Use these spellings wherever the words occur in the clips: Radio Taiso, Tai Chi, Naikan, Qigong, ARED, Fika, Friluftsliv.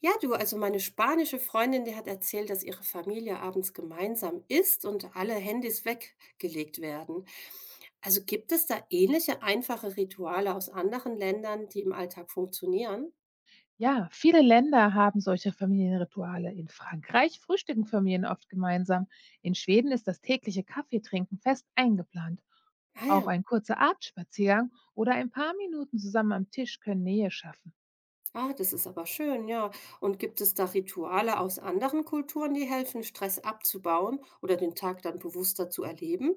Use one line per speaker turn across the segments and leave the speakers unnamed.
Ja, du, also meine spanische Freundin, die hat erzählt, dass ihre Familie abends gemeinsam isst und alle Handys weggelegt werden. Also gibt es da ähnliche einfache Rituale aus anderen Ländern, die im Alltag funktionieren?
Ja, viele Länder haben solche Familienrituale. In Frankreich frühstücken Familien oft gemeinsam. In Schweden ist das tägliche Kaffeetrinken fest eingeplant.
Ah ja,
Auch ein kurzer Abendspaziergang oder ein paar Minuten zusammen am Tisch können Nähe schaffen.
ah, das ist aber schön, ja. Und gibt es da Rituale aus anderen Kulturen, die helfen, Stress abzubauen oder den Tag dann bewusster zu erleben?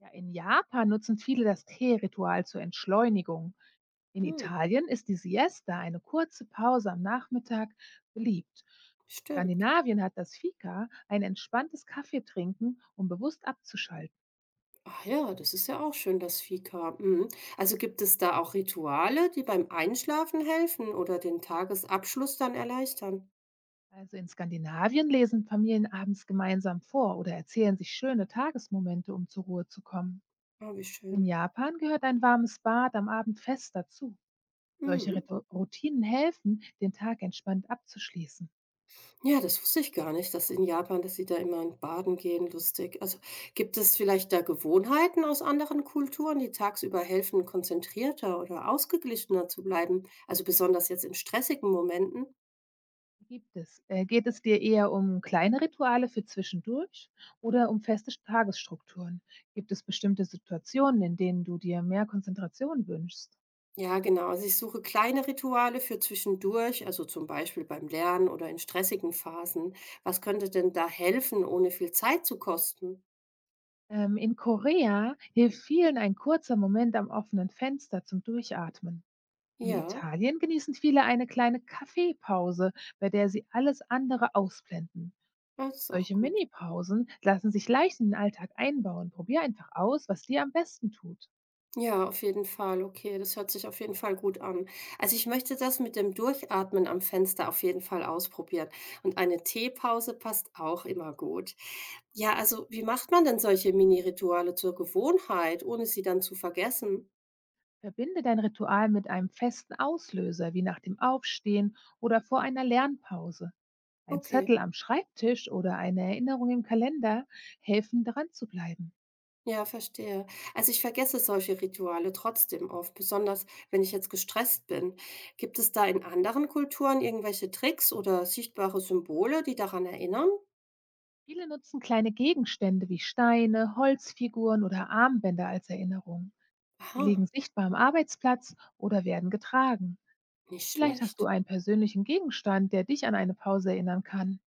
Ja, in Japan nutzen viele das Teeritual zur Entschleunigung. In
Hm,
Italien ist die Siesta, eine kurze Pause am Nachmittag, beliebt.
stimmt.
Skandinavien hat das Fika, ein entspanntes Kaffeetrinken, um bewusst abzuschalten.
Ach ja, das ist ja auch schön, das Fika. Mhm. Also gibt es da auch Rituale, die beim Einschlafen helfen oder den Tagesabschluss dann erleichtern?
Also in Skandinavien lesen Familien abends gemeinsam vor oder erzählen sich schöne Tagesmomente, um zur Ruhe zu kommen.
Ah, wie
In
schön.
Japan gehört ein warmes Bad am Abend fest dazu. Solche
Mhm.
Routinen helfen, den Tag entspannt abzuschließen.
Ja, das wusste ich gar nicht, dass in Japan, dass sie da immer in Baden gehen, lustig. Also gibt es vielleicht da Gewohnheiten aus anderen Kulturen, die tagsüber helfen, konzentrierter oder ausgeglichener zu bleiben? Also besonders jetzt in stressigen Momenten?
Geht es dir eher um kleine Rituale für zwischendurch oder um feste Tagesstrukturen? Gibt es bestimmte Situationen, in denen du dir mehr Konzentration wünschst?
Ja, genau. Also ich suche kleine Rituale für zwischendurch, also zum Beispiel beim Lernen oder in stressigen Phasen. Was könnte denn da helfen, ohne viel Zeit zu kosten?
In Korea hilft vielen ein kurzer Moment am offenen Fenster zum Durchatmen. In
Ja,
Italien genießen viele eine kleine Kaffeepause, bei der sie alles andere ausblenden.
das ist auch
Solche
gut.
Minipausen lassen sich leicht in den Alltag einbauen. Probier einfach aus, was dir am besten tut.
Ja, auf jeden Fall. Okay, das hört sich auf jeden Fall gut an. Also ich möchte das mit dem Durchatmen am Fenster auf jeden Fall ausprobieren. Und eine Teepause passt auch immer gut. Ja, also wie macht man denn solche Mini-Rituale zur Gewohnheit, ohne sie dann zu vergessen?
Verbinde dein Ritual mit einem festen Auslöser, wie nach dem Aufstehen oder vor einer Lernpause. Ein
Okay.
Zettel am Schreibtisch oder eine Erinnerung im Kalender helfen, dran zu bleiben.
Ja, verstehe. Also ich vergesse solche Rituale trotzdem oft, besonders wenn ich jetzt gestresst bin. Gibt es da in anderen Kulturen irgendwelche Tricks oder sichtbare Symbole, die daran erinnern?
Viele nutzen kleine Gegenstände wie Steine, Holzfiguren oder Armbänder als Erinnerung. Sie liegen
Aha,
sichtbar am Arbeitsplatz oder werden getragen.
nicht
Vielleicht hast du
schlecht.
einen persönlichen Gegenstand, der dich an eine Pause erinnern kann.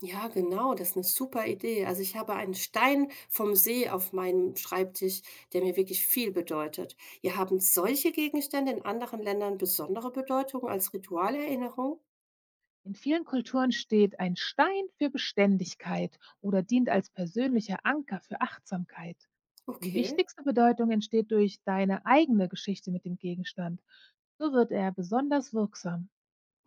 Ja, genau, das ist eine super Idee. Also ich habe einen Stein vom See auf meinem Schreibtisch, der mir wirklich viel bedeutet. Ihr haben solche Gegenstände in anderen Ländern besondere Bedeutung als Ritualerinnerung?
In vielen Kulturen steht ein Stein für Beständigkeit oder dient als persönlicher Anker für Achtsamkeit. Die
Okay.
wichtigste Bedeutung entsteht durch deine eigene Geschichte mit dem Gegenstand. So wird er besonders wirksam.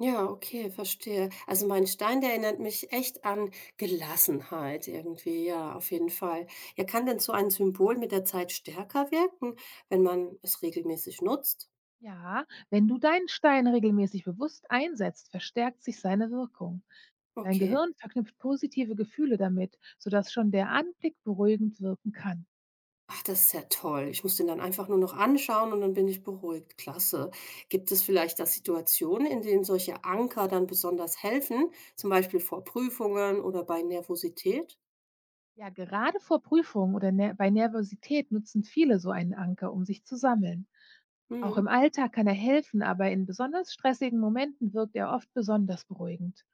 Ja, okay, verstehe. Also mein Stein, der erinnert mich echt an Gelassenheit irgendwie, ja, auf jeden Fall. Ja, kann denn so ein Symbol mit der Zeit stärker wirken, wenn man es regelmäßig nutzt?
Ja, wenn du deinen Stein regelmäßig bewusst einsetzt, verstärkt sich seine Wirkung. Dein
Okay.
Gehirn verknüpft positive Gefühle damit, sodass schon der Anblick beruhigend wirken kann.
Ach, das ist ja toll. Ich muss den dann einfach nur noch anschauen und dann bin ich beruhigt. Klasse. Gibt es vielleicht da Situationen, in denen solche Anker dann besonders helfen, zum Beispiel vor Prüfungen oder bei Nervosität?
Ja, gerade vor Prüfungen oder ner bei Nervosität nutzen viele so einen Anker, um sich zu sammeln. Auch
Mhm.
im Alltag kann er helfen, aber in besonders stressigen Momenten wirkt er oft besonders beruhigend.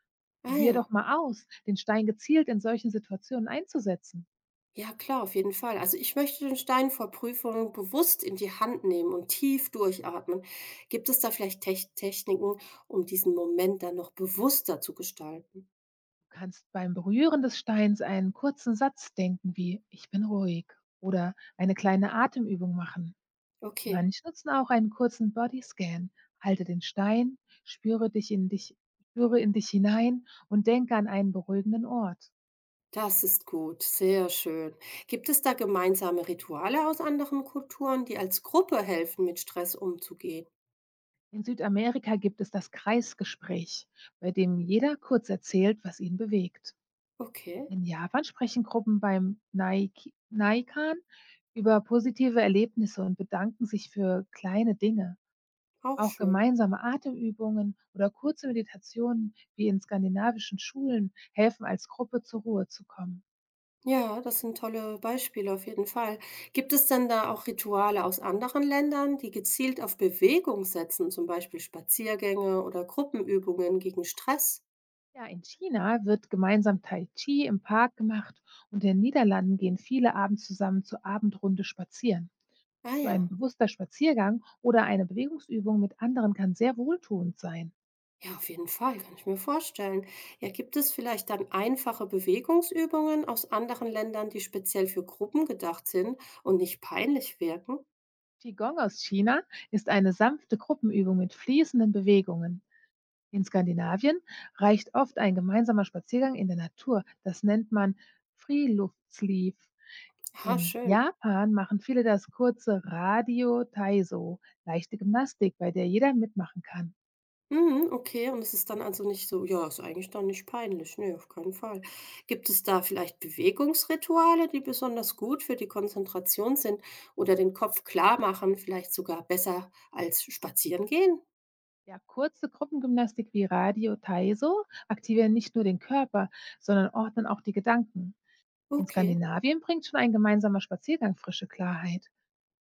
Ah
Probier
ja.
doch mal aus, den Stein gezielt in solchen Situationen einzusetzen.
Ja, klar, auf jeden Fall. Also ich möchte den Stein vor Prüfungen bewusst in die Hand nehmen und tief durchatmen. Gibt es da vielleicht Techniken, um diesen Moment dann noch bewusster zu gestalten?
Du kannst beim Berühren des Steins einen kurzen Satz denken wie „Ich bin ruhig" oder eine kleine Atemübung machen.
Okay,
Manche nutzen auch einen kurzen Bodyscan. Halte den Stein, spüre dich in dich, spüre in dich hinein und denke an einen beruhigenden Ort.
das ist gut, sehr schön. Gibt es da gemeinsame Rituale aus anderen Kulturen, die als Gruppe helfen, mit Stress umzugehen?
In Südamerika gibt es das Kreisgespräch, bei dem jeder kurz erzählt, was ihn bewegt.
Okay,
In Japan sprechen Gruppen beim Naikan über positive Erlebnisse und bedanken sich für kleine Dinge.
auch
Auch
schön.
gemeinsame Atemübungen oder kurze Meditationen wie in skandinavischen Schulen helfen als Gruppe zur Ruhe zu kommen.
Ja, das sind tolle Beispiele auf jeden Fall. Gibt es denn da auch Rituale aus anderen Ländern, die gezielt auf Bewegung setzen, zum Beispiel Spaziergänge oder Gruppenübungen gegen Stress?
Ja, in China wird gemeinsam Tai Chi im Park gemacht und in den Niederlanden gehen viele abends zusammen zur Abendrunde spazieren.
Ah
So
ja,
ein bewusster Spaziergang oder eine Bewegungsübung mit anderen kann sehr wohltuend sein.
ja, auf jeden Fall, kann ich mir vorstellen. Ja, gibt es vielleicht dann einfache Bewegungsübungen aus anderen Ländern, die speziell für Gruppen gedacht sind und nicht peinlich wirken?
Qigong aus China ist eine sanfte Gruppenübung mit fließenden Bewegungen. In Skandinavien reicht oft ein gemeinsamer Spaziergang in der Natur. Das nennt man Friluftsliv.
Ah,
In
schön.
Japan machen viele das kurze Radio Taiso, leichte Gymnastik, bei der jeder mitmachen kann.
Mhm, okay, und es ist dann also nicht so, ja, ist eigentlich dann nicht peinlich. Ne, auf keinen Fall. Gibt es da vielleicht Bewegungsrituale, die besonders gut für die Konzentration sind oder den Kopf klar machen, vielleicht sogar besser als spazieren gehen.
Ja, kurze Gruppengymnastik wie Radio Taiso aktivieren nicht nur den Körper, sondern ordnen auch die Gedanken. In
Okay,
Skandinavien bringt schon ein gemeinsamer Spaziergang frische Klarheit.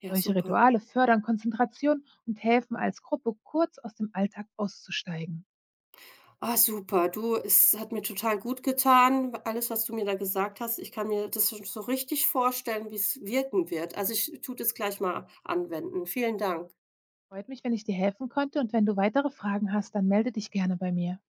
ja,
Solche
super.
Rituale fördern Konzentration und helfen als Gruppe kurz aus dem Alltag auszusteigen.
Ah, super. Du, es hat mir total gut getan, alles, was du mir da gesagt hast. Ich kann mir das schon so richtig vorstellen, wie es wirken wird. Also, ich tue das gleich mal anwenden. Vielen Dank.
Freut mich, wenn ich dir helfen konnte, und wenn du weitere Fragen hast, dann melde dich gerne bei mir.